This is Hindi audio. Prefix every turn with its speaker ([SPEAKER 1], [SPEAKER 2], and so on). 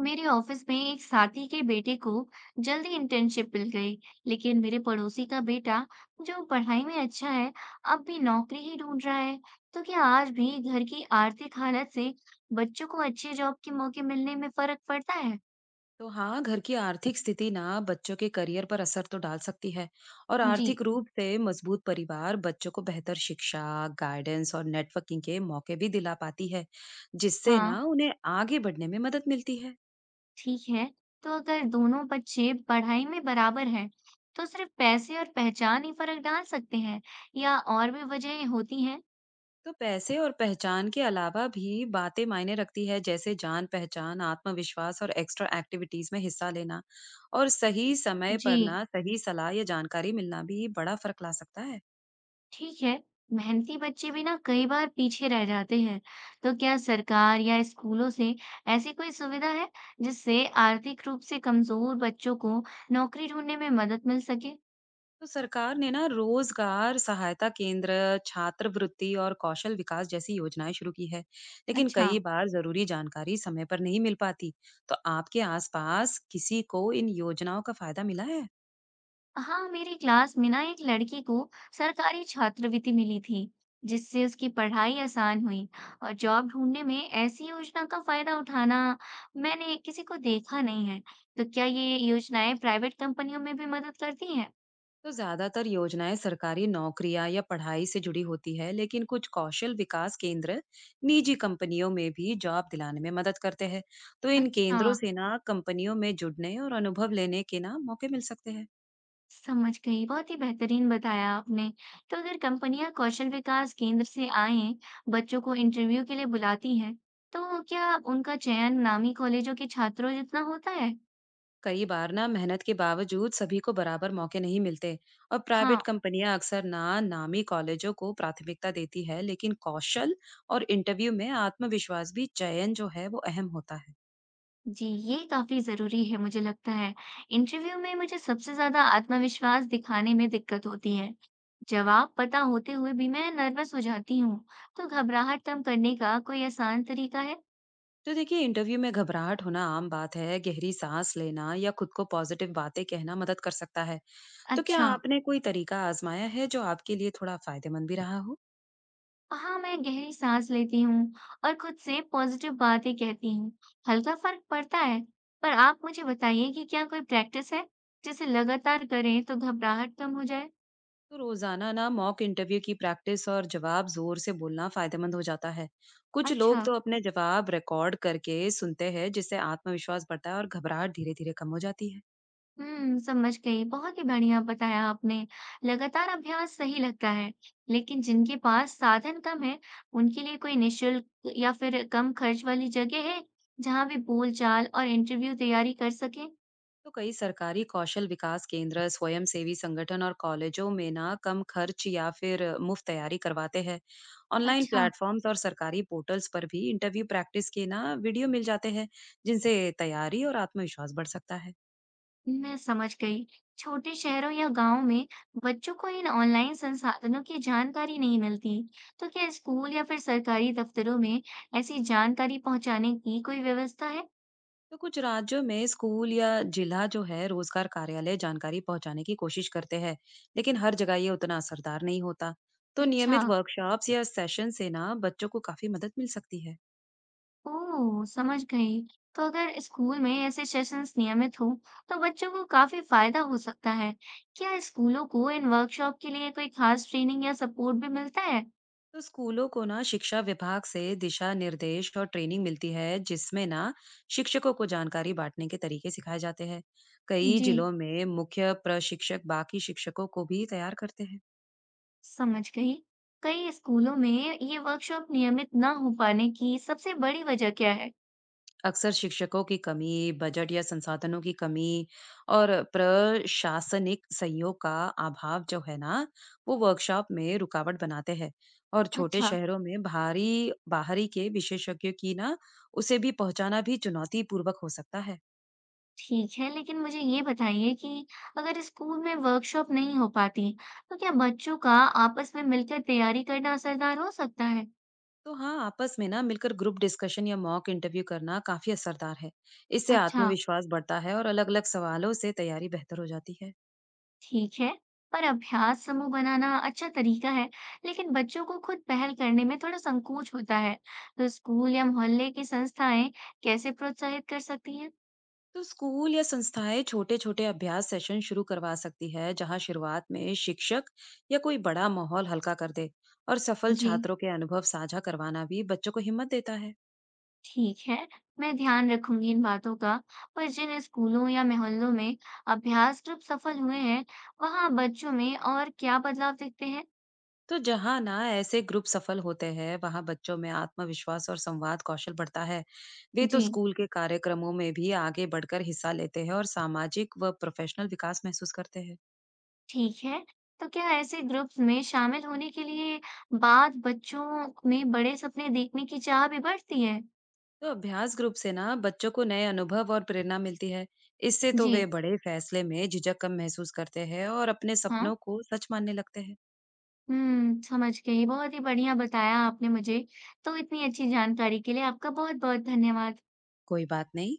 [SPEAKER 1] मेरे ऑफिस में एक साथी के बेटे को जल्दी इंटर्नशिप मिल गई, लेकिन मेरे पड़ोसी का बेटा, जो पढ़ाई में अच्छा है, अब भी नौकरी ही ढूंढ रहा है। तो क्या आज भी घर की आर्थिक हालत से बच्चों को अच्छे जॉब के मौके मिलने में फर्क पड़ता है?
[SPEAKER 2] तो हाँ, घर की आर्थिक स्थिति ना बच्चों के करियर पर असर तो डाल सकती है और
[SPEAKER 1] जी,
[SPEAKER 2] आर्थिक रूप से मजबूत परिवार बच्चों को बेहतर शिक्षा, गाइडेंस और नेटवर्किंग के मौके भी दिला पाती है, जिससे
[SPEAKER 1] हाँ,
[SPEAKER 2] ना उन्हें आगे बढ़ने में मदद मिलती है।
[SPEAKER 1] ठीक है। तो अगर दोनों बच्चे पढ़ाई में बराबर हैं, तो सिर्फ पैसे और पहचान ही फर्क डाल सकते हैं, या और भी वजहें होती हैं?
[SPEAKER 2] तो पैसे और पहचान के अलावा भी बातें मायने रखती है, जैसे जान पहचान, आत्मविश्वास और एक्स्ट्रा एक्टिविटीज में हिस्सा लेना। और सही समय
[SPEAKER 1] जी,
[SPEAKER 2] पर ना सही सलाह या जानकारी मिलना भी बड़ा फर्क ला सकता है।
[SPEAKER 1] ठीक है। मेहनती बच्चे भी ना कई बार पीछे रह जाते हैं। तो क्या सरकार या स्कूलों से ऐसी कोई सुविधा है जिससे आर्थिक रूप से कमजोर बच्चों को नौकरी ढूंढने में मदद मिल सके?
[SPEAKER 2] तो सरकार ने ना रोजगार सहायता केंद्र, छात्रवृत्ति और कौशल विकास जैसी योजनाएं शुरू की है, लेकिन
[SPEAKER 1] अच्छा।
[SPEAKER 2] कई बार जरूरी जानकारी समय पर नहीं मिल पाती। तो आपके आसपास किसी को इन योजनाओं का फायदा मिला है?
[SPEAKER 1] हाँ, मेरी क्लास में ना एक लड़की को सरकारी छात्रवृत्ति मिली थी जिससे उसकी पढ़ाई आसान हुई, और जॉब ढूंढने में ऐसी योजना का फायदा उठाना मैंने किसी को देखा नहीं है। तो क्या ये योजनाएं प्राइवेट कंपनियों में भी मदद करती हैं?
[SPEAKER 2] तो ज्यादातर योजनाएं सरकारी नौकरियां या पढ़ाई से जुड़ी होती है, लेकिन कुछ कौशल विकास केंद्र निजी कंपनियों में भी जॉब दिलाने में मदद करते हैं। तो इन
[SPEAKER 1] अच्छा,
[SPEAKER 2] केंद्रों से ना कंपनियों में जुड़ने और अनुभव लेने के ना मौके मिल सकते हैं।
[SPEAKER 1] समझ गई। बहुत ही बेहतरीन बताया आपने। तो अगर कंपनियां कौशल विकास केंद्र से आए बच्चों को इंटरव्यू के लिए बुलाती हैं, तो क्या उनका चयन नामी कॉलेजों के छात्रों जितना होता है?
[SPEAKER 2] कई बार ना मेहनत के बावजूद सभी को बराबर मौके नहीं मिलते और प्राइवेट
[SPEAKER 1] हाँ।
[SPEAKER 2] कंपनियां अक्सर ना नामी कॉलेजों को प्राथमिकता देती है, लेकिन कौशल और इंटरव्यू में आत्मविश्वास भी, चयन जो है वो अहम होता है।
[SPEAKER 1] जी, ये काफी जरूरी है, मुझे लगता है। इंटरव्यू में मुझे सबसे ज्यादा आत्मविश्वास दिखाने में दिक्कत होती है। जवाब पता होते हुए भी मैं नर्वस हो जाती हूँ। तो घबराहट कम करने का कोई आसान तरीका है?
[SPEAKER 2] तो देखिए, इंटरव्यू में घबराहट होना आम बात है। गहरी सांस लेना या खुद को पॉजिटिव बातें कहना मदद कर सकता है। तो क्या
[SPEAKER 1] अच्छा।
[SPEAKER 2] आपने कोई तरीका आजमाया है जो आपके लिए थोड़ा फायदेमंद भी रहा हो?
[SPEAKER 1] हाँ, मैं गहरी सांस लेती हूँ और खुद से पॉजिटिव बातें कहती हूँ। हल्का फर्क पड़ता है। पर आप मुझे बताइए कि क्या कोई प्रैक्टिस है जिसे लगातार करें तो घबराहट कम हो जाए?
[SPEAKER 2] तो रोजाना ना मॉक इंटरव्यू की प्रैक्टिस और जवाब जोर से बोलना फायदेमंद हो जाता है। कुछ लोग
[SPEAKER 1] अच्छा।
[SPEAKER 2] तो अपने जवाब रिकॉर्ड करके सुनते हैं, जिससे आत्मविश्वास बढ़ता है और घबराहट धीरे धीरे कम हो जाती है।
[SPEAKER 1] हम्म, समझ गई। बहुत ही बढ़िया बताया आपने। लगातार अभ्यास सही लगता है, लेकिन जिनके पास साधन कम है, उनके लिए कोई निशुल्क या फिर कम खर्च वाली जगह है जहाँ वे बोलचाल और इंटरव्यू तैयारी कर सके?
[SPEAKER 2] तो कई सरकारी कौशल विकास केंद्र, स्वयंसेवी संगठन और कॉलेजों में ना कम खर्च या फिर मुफ्त तैयारी करवाते हैं। ऑनलाइन
[SPEAKER 1] अच्छा।
[SPEAKER 2] प्लेटफॉर्म्स और सरकारी पोर्टल्स पर भी इंटरव्यू प्रैक्टिस के ना वीडियो मिल जाते हैं, जिनसे तैयारी और आत्मविश्वास बढ़ सकता है।
[SPEAKER 1] मैं समझ गई। छोटे शहरों या गांवों में बच्चों को इन ऑनलाइन संसाधनों की जानकारी नहीं मिलती। तो क्या स्कूल या फिर सरकारी दफ्तरों में ऐसी जानकारी पहुंचाने की कोई व्यवस्था है?
[SPEAKER 2] तो कुछ राज्यों में स्कूल या जिला जो है रोजगार कार्यालय जानकारी पहुंचाने की कोशिश करते हैं, लेकिन हर जगह ये उतना असरदार नहीं होता। तो
[SPEAKER 1] अच्छा,
[SPEAKER 2] नियमित वर्कशॉप्स या सेशन से ना बच्चों को काफी मदद मिल सकती है।
[SPEAKER 1] ओह, समझ गई। तो अगर स्कूल में ऐसे सेशंस नियमित हो, तो बच्चों को काफी फायदा हो सकता है। क्या स्कूलों को इन वर्कशॉप के लिए कोई खास ट्रेनिंग या सपोर्ट भी मिलता है?
[SPEAKER 2] तो स्कूलों को ना शिक्षा विभाग से दिशा निर्देश और ट्रेनिंग मिलती है, जिसमें ना शिक्षकों को जानकारी बांटने के तरीके सिखाए जाते हैं। कई
[SPEAKER 1] जी,
[SPEAKER 2] जिलों में मुख्य प्रशिक्षक बाकी शिक्षकों को भी तैयार करते हैं।
[SPEAKER 1] समझ गई। कई स्कूलों में ये वर्कशॉप नियमित ना हो पाने की सबसे बड़ी वजह क्या है?
[SPEAKER 2] अक्सर शिक्षकों की कमी, बजट या संसाधनों की कमी और प्रशासनिक सहयोग का अभाव जो है ना, वो वर्कशॉप में रुकावट बनाते हैं। और छोटे
[SPEAKER 1] अच्छा,
[SPEAKER 2] शहरों में भारी बाहरी के विशेषज्ञों की ना उसे भी पहुंचाना भी चुनौती पूर्वक हो सकता है।
[SPEAKER 1] ठीक है, लेकिन मुझे ये बताइए कि अगर स्कूल में वर्कशॉप नहीं हो पाती, तो क्या बच्चों का आपस में मिलकर तैयारी करना असरदार हो सकता है?
[SPEAKER 2] तो हाँ, आपस में ना मिलकर ग्रुप डिस्कशन या मॉक इंटरव्यू करना काफी असरदार है। इससे
[SPEAKER 1] अच्छा,
[SPEAKER 2] आत्मविश्वास बढ़ता है और अलग-अलग सवालों से तैयारी बेहतर हो जाती है।
[SPEAKER 1] ठीक है, पर अभ्यास समूह बनाना अच्छा तरीका है, लेकिन बच्चों को खुद पहल करने में थोड़ा संकोच होता है। तो स्कूल या मोहल्ले की संस्थाएं कैसे प्रोत्साहित कर सकती हैं?
[SPEAKER 2] तो स्कूल या संस्थाएं छोटे छोटे अभ्यास सेशन शुरू करवा सकती है, जहां शुरुआत में शिक्षक या कोई बड़ा माहौल हल्का कर दे। और सफल
[SPEAKER 1] जी,
[SPEAKER 2] छात्रों के अनुभव साझा करवाना भी बच्चों को हिम्मत देता है।
[SPEAKER 1] ठीक है, मैं ध्यान रखूंगी इन बातों का। पर जिन स्कूलों या मोहल्लों में अभ्यास ग्रुप सफल हुए हैं, वहां बच्चों में और क्या बदलाव दिखते हैं?
[SPEAKER 2] तो जहां ना ऐसे ग्रुप सफल होते हैं वहां बच्चों में आत्मविश्वास और संवाद कौशल बढ़ता है। वे तो
[SPEAKER 1] जी,
[SPEAKER 2] स्कूल के कार्यक्रमों में भी आगे बढ़कर हिस्सा लेते हैं और सामाजिक व प्रोफेशनल विकास महसूस करते हैं।
[SPEAKER 1] ठीक है। तो क्या ऐसे ग्रुप्स में शामिल होने के लिए बाद बच्चों में बड़े सपने देखने की चाह भी बढ़ती है?
[SPEAKER 2] तो अभ्यास ग्रुप से ना बच्चों को नए अनुभव और प्रेरणा मिलती है। इससे तो
[SPEAKER 1] जी,
[SPEAKER 2] वे बड़े फैसले में झिझक कम महसूस करते हैं और अपने सपनों
[SPEAKER 1] हाँ।
[SPEAKER 2] को सच मानने लगते हैं।
[SPEAKER 1] समझ गई। बहुत ही बढ़िया बताया आपने मुझे। तो इतनी अच्छी जानकारी के लिए आपका बहुत-बहुत धन्यवाद।
[SPEAKER 2] कोई बात नहीं।